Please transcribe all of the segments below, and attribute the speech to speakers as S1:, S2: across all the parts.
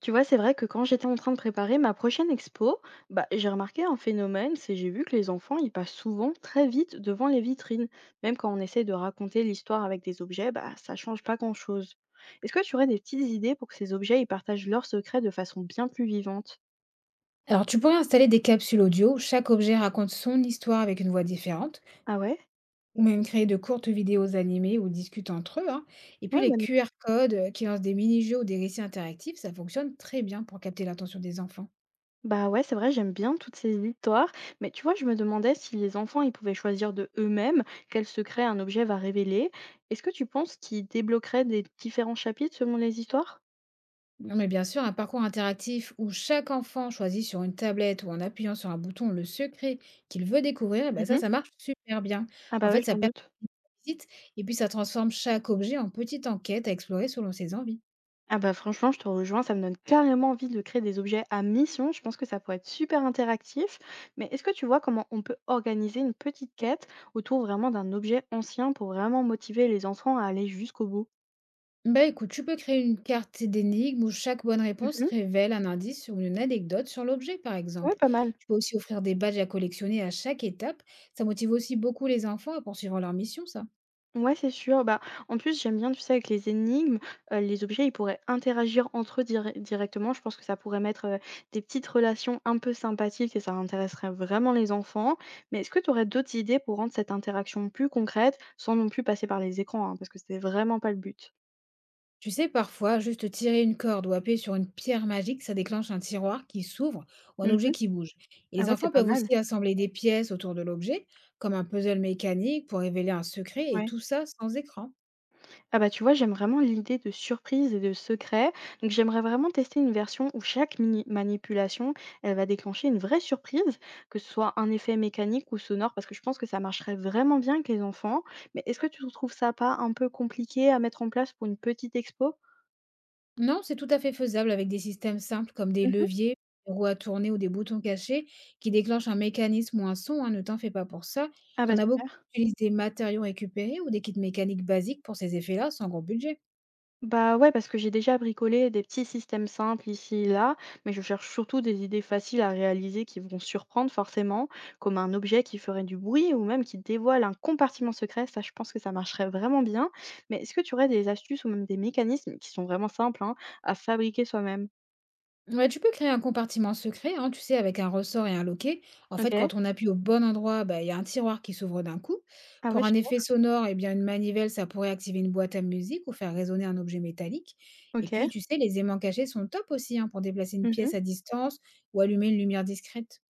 S1: Tu vois, c'est vrai que quand j'étais en train de préparer ma prochaine expo, bah, j'ai remarqué un phénomène, c'est j'ai vu que les enfants, ils passent souvent très vite devant les vitrines. Même quand on essaie de raconter l'histoire avec des objets, bah, ça change pas grand-chose. Est-ce que tu aurais des petites idées pour que ces objets, ils partagent leurs secrets de façon bien plus vivante?
S2: Alors, tu pourrais installer des capsules audio où chaque objet raconte son histoire avec une voix différente,
S1: Ah ouais?
S2: ou même créer de courtes vidéos animées où ils discutent entre eux, hein. Et puis,
S1: Ouais,
S2: les
S1: bonne idée.
S2: QR codes qui lancent des mini-jeux ou des récits interactifs, ça fonctionne très bien pour capter l'attention des enfants.
S1: Bah ouais, c'est vrai, j'aime bien toutes ces histoires, mais tu vois, je me demandais si les enfants, ils pouvaient choisir de eux-mêmes quel secret un objet va révéler. Est-ce que tu penses qu'ils débloqueraient des différents chapitres selon les histoires?
S2: Non, mais bien sûr, un parcours interactif où chaque enfant choisit sur une tablette ou en appuyant sur un bouton le secret qu'il veut découvrir, eh ben ça marche super bien.
S1: Ah
S2: En
S1: bah, oui,
S2: fait,
S1: je
S2: ça
S1: m'en doute.
S2: persiste et puis ça transforme chaque objet en petite enquête à explorer selon ses envies.
S1: Ah bah, franchement, je te rejoins, ça me donne carrément envie de créer des objets à mission. Je pense que ça pourrait être super interactif. Mais est-ce que tu vois comment on peut organiser une petite quête autour vraiment d'un objet ancien pour vraiment motiver les enfants à aller jusqu'au bout?
S2: Bah, écoute, tu peux créer une carte d'énigme où chaque bonne réponse
S1: Mhm.
S2: révèle un indice ou une anecdote sur l'objet, par
S1: Ouais,
S2: exemple.
S1: pas mal.
S2: Tu peux aussi offrir des badges à collectionner à chaque étape. Ça motive aussi beaucoup les enfants à poursuivre leur mission, ça.
S1: Ouais, c'est sûr. Bah, en plus, j'aime bien, tu sais, avec les énigmes, les objets, ils pourraient interagir entre eux directement. Je pense que ça pourrait mettre, des petites relations un peu sympathiques et ça intéresserait vraiment les enfants. Mais est-ce que tu aurais d'autres idées pour rendre cette interaction plus concrète, sans non plus passer par les écrans, hein? Parce que c'est vraiment pas le but.
S2: Tu sais, parfois, juste tirer une corde ou appuyer sur une pierre magique, ça déclenche un tiroir qui s'ouvre ou un objet
S1: Mmh.
S2: qui bouge. Et
S1: Ah
S2: les
S1: ouais,
S2: enfants
S1: c'est pas
S2: peuvent
S1: mal.
S2: aussi assembler des pièces autour de l'objet, comme un puzzle mécanique pour révéler un secret, et
S1: Ouais.
S2: tout ça sans écran.
S1: Ah bah tu vois, j'aime vraiment l'idée de surprise et de secret. Donc j'aimerais vraiment tester une version où chaque mini manipulation, elle va déclencher une vraie surprise, que ce soit un effet mécanique ou sonore, parce que je pense que ça marcherait vraiment bien avec les enfants. Mais est-ce que tu trouves ça pas un peu compliqué à mettre en place pour une petite expo?
S2: Non, c'est tout à fait faisable avec des systèmes simples comme des
S1: Mhm.
S2: leviers, des roues à tourner ou des boutons cachés qui déclenchent un mécanisme ou un son, hein, ne t'en fais pas pour ça.
S1: Ah bah
S2: T'en as beaucoup
S1: super.
S2: qui utilisent des matériaux récupérés ou des kits mécaniques basiques pour ces effets-là sans gros budget.
S1: Bah ouais, parce que j'ai déjà bricolé des petits systèmes simples ici et là, mais je cherche surtout des idées faciles à réaliser qui vont surprendre forcément, comme un objet qui ferait du bruit ou même qui dévoile un compartiment secret. Ça, je pense que ça marcherait vraiment bien. Mais est-ce que tu aurais des astuces ou même des mécanismes qui sont vraiment simples hein, à fabriquer soi-même?
S2: Ouais, tu peux créer un compartiment secret, hein, tu sais, avec un ressort et un loquet. En
S1: Ok.
S2: fait, quand on appuie au bon endroit, bah, il y a un tiroir qui s'ouvre d'un coup.
S1: Ah ouais,
S2: Pour un effet
S1: super.
S2: sonore, eh bien, une manivelle, ça pourrait activer une boîte à musique ou faire résonner un objet métallique. Et
S1: Ok.
S2: puis, tu sais, les aimants cachés sont top aussi hein, pour déplacer une pièce à distance ou allumer une lumière discrète.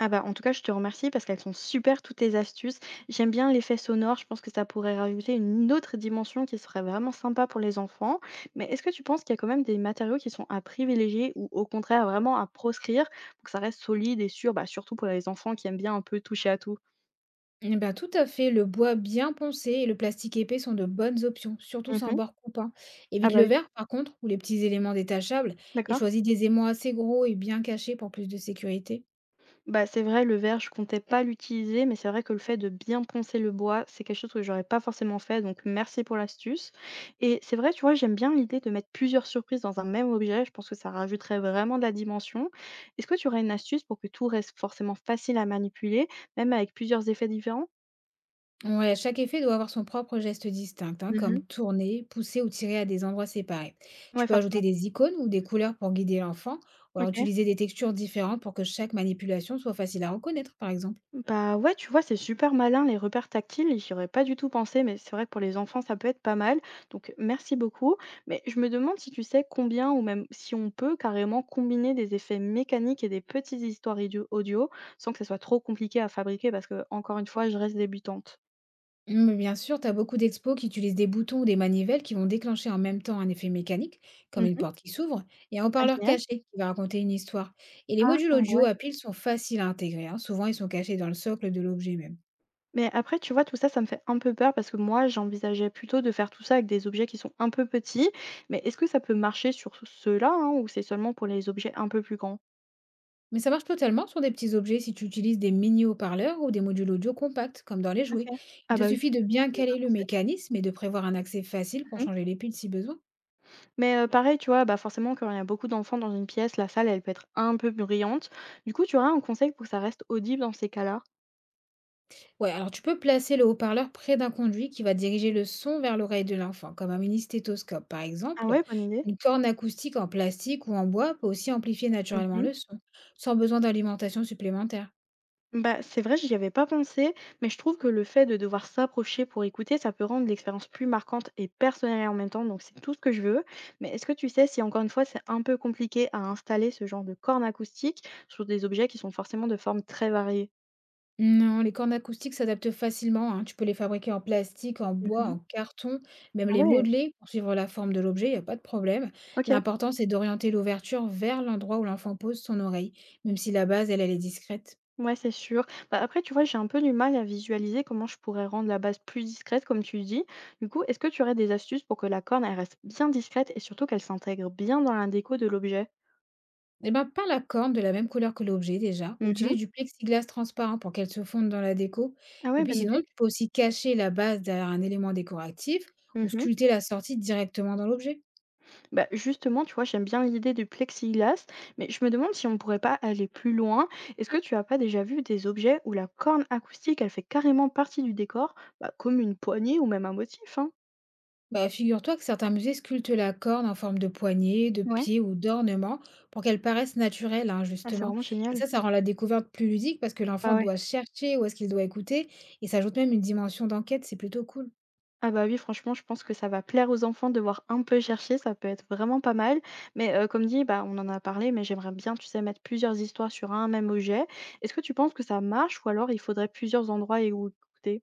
S1: Ah bah, en tout cas, je te remercie parce qu'elles sont super toutes tes astuces. J'aime bien l'effet sonore, je pense que ça pourrait rajouter une autre dimension qui serait vraiment sympa pour les enfants. Mais est-ce que tu penses qu'il y a quand même des matériaux qui sont à privilégier ou au contraire vraiment à proscrire pour que ça reste solide et sûr, bah, surtout pour les enfants qui aiment bien un peu toucher à tout?
S2: Eh ben, tout à fait, le bois bien poncé et le plastique épais sont de bonnes options, surtout sans
S1: Mhm.
S2: bord coupant.
S1: Ah
S2: Évite
S1: bah
S2: le
S1: oui,
S2: verre, par contre, ou les petits éléments détachables, et
S1: d'accord.
S2: choisis des aimants assez gros et bien cachés pour plus de sécurité.
S1: Bah, c'est vrai, le verre, je comptais pas l'utiliser, mais c'est vrai que le fait de bien poncer le bois, c'est quelque chose que j'aurais pas forcément fait, donc merci pour l'astuce. Et c'est vrai, tu vois, j'aime bien l'idée de mettre plusieurs surprises dans un même objet, je pense que ça rajouterait vraiment de la dimension. Est-ce que tu aurais une astuce pour que tout reste forcément facile à manipuler, même avec plusieurs effets différents?
S2: Ouais, chaque effet doit avoir son propre geste distinct, hein,
S1: Mhm.
S2: comme tourner, pousser ou tirer à des endroits séparés. Tu
S1: Ouais,
S2: peux ajouter
S1: forcément.
S2: des icônes ou des couleurs pour guider l'enfant, ou alors
S1: Ok.
S2: utiliser des textures différentes pour que chaque manipulation soit facile à reconnaître, par exemple.
S1: Bah ouais, tu vois, c'est super malin les repères tactiles, j'y aurais pas du tout pensé, mais c'est vrai que pour les enfants, ça peut être pas mal. Donc merci beaucoup. Mais je me demande si tu sais combien ou même si on peut carrément combiner des effets mécaniques et des petites histoires audio sans que ça soit trop compliqué à fabriquer parce que, encore une fois, je reste débutante.
S2: Mm, mais bien sûr, tu as beaucoup d'expos qui utilisent des boutons ou des manivelles qui vont déclencher en même temps un effet mécanique, comme une
S1: Mhm.
S2: porte qui s'ouvre, et un
S1: Ah,
S2: haut-parleur
S1: génial.
S2: caché qui va raconter une histoire. Et les
S1: Ah,
S2: modules
S1: ouais.
S2: audio à piles sont faciles à intégrer, hein, souvent ils sont cachés dans le socle de l'objet même.
S1: Mais après, tu vois, tout ça, ça me fait un peu peur parce que moi, j'envisageais plutôt de faire tout ça avec des objets qui sont un peu petits. Mais est-ce que ça peut marcher sur ceux-là hein, ou c'est seulement pour les objets un peu plus grands?
S2: Mais ça marche totalement sur des petits objets si tu utilises des mini haut-parleurs ou des modules audio compacts, comme dans les
S1: OK.
S2: jouets.
S1: Ah
S2: Il te
S1: bah oui.
S2: suffit de
S1: Non,
S2: bien
S1: j'y pas
S2: caler le
S1: pensé.
S2: mécanisme et de prévoir un accès facile pour
S1: Mmh mh.
S2: changer les piles si besoin.
S1: Mais pareil, tu vois, bah, forcément, quand il y a beaucoup d'enfants dans une pièce, la salle, elle peut être un peu bruyante. Du coup, tu aurais un conseil pour que ça reste audible dans ces cas-là?
S2: Ouais, alors tu peux placer le haut-parleur près d'un conduit qui va diriger le son vers l'oreille de l'enfant, comme un mini stéthoscope par
S1: Ah
S2: exemple.
S1: ouais, bonne idée.
S2: Une corne acoustique en plastique ou en bois peut aussi amplifier
S1: Mmh
S2: naturellement
S1: mh.
S2: le son, sans besoin d'alimentation supplémentaire.
S1: Bah, c'est vrai, j'y avais pas pensé, mais je trouve que le fait de devoir s'approcher pour écouter, ça peut rendre l'expérience plus marquante et personnelle en même temps, donc c'est tout ce que je veux. Mais est-ce que tu sais si, encore une fois, c'est un peu compliqué à installer ce genre de corne acoustique sur des objets qui sont forcément de formes très variées?
S2: Non, les cordes acoustiques s'adaptent facilement, hein. Tu peux les fabriquer en plastique, en
S1: Mmh
S2: bois,
S1: mh.
S2: en carton, même
S1: Ah
S2: les
S1: ouais,
S2: modeler pour suivre la forme de l'objet, il n'y a pas de problème.
S1: OK.
S2: L'important, c'est d'orienter l'ouverture vers l'endroit où l'enfant pose son oreille, même si la base, elle, elle est discrète.
S1: Ouais, c'est sûr. Bah, après, tu vois, j'ai un peu du mal à visualiser comment je pourrais rendre la base plus discrète, comme tu dis. Du coup, est-ce que tu aurais des astuces pour que la corne, elle reste bien discrète et surtout qu'elle s'intègre bien dans la déco de l'objet?
S2: Eh ben, peins la corde de la même couleur que l'objet déjà.
S1: Mhm.
S2: Utilise du plexiglas transparent pour qu'elle se fonde dans la déco.
S1: Ah
S2: Et
S1: ouais,
S2: puis
S1: bonne
S2: sinon,
S1: idée.
S2: tu peux aussi cacher la base derrière un élément décoratif ou
S1: Mhm.
S2: sculpter la sortie directement dans l'objet.
S1: Bah, justement, tu vois, j'aime bien l'idée du plexiglas, mais je me demande si on ne pourrait pas aller plus loin. Est-ce que tu as pas déjà vu des objets où la corne acoustique, elle fait carrément partie du décor, bah, comme une poignée ou même un motif, hein?
S2: Bah, figure-toi que certains musées sculptent la corne en forme de poignée, de
S1: Ouais.
S2: pied ou d'ornement pour qu'elle paraisse naturelle, hein,
S1: Ah, c'est
S2: justement.
S1: vraiment
S2: Et
S1: génial.
S2: ça rend la découverte plus ludique parce que l'enfant
S1: Bah ouais.
S2: doit chercher où est-ce qu'il doit écouter et ça ajoute même une dimension d'enquête, c'est plutôt cool.
S1: Ah bah oui, franchement, je pense que ça va plaire aux enfants de voir un peu chercher, ça peut être vraiment pas mal. Mais comme dit, bah, on en a parlé, mais j'aimerais bien, tu sais, mettre plusieurs histoires sur un même objet. Est-ce que tu penses que ça marche ou alors il faudrait plusieurs endroits et où écouter?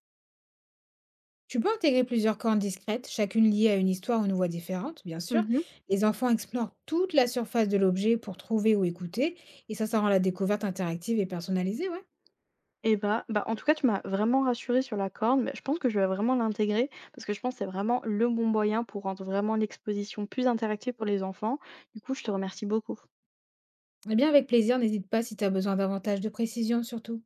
S2: Tu peux intégrer plusieurs cornes discrètes, chacune liée à une histoire ou une voix différente, bien sûr.
S1: Mhm.
S2: Les enfants explorent toute la surface de l'objet pour trouver ou écouter et ça rend la découverte interactive et personnalisée, ouais.
S1: Eh bah, bah, en tout cas, tu m'as vraiment rassurée sur la corne, mais je pense que je vais vraiment l'intégrer parce que je pense que c'est vraiment le bon moyen pour rendre vraiment l'exposition plus interactive pour les enfants. Du coup, je te remercie beaucoup.
S2: Eh bien, avec plaisir, n'hésite pas si tu as besoin davantage de précision, surtout.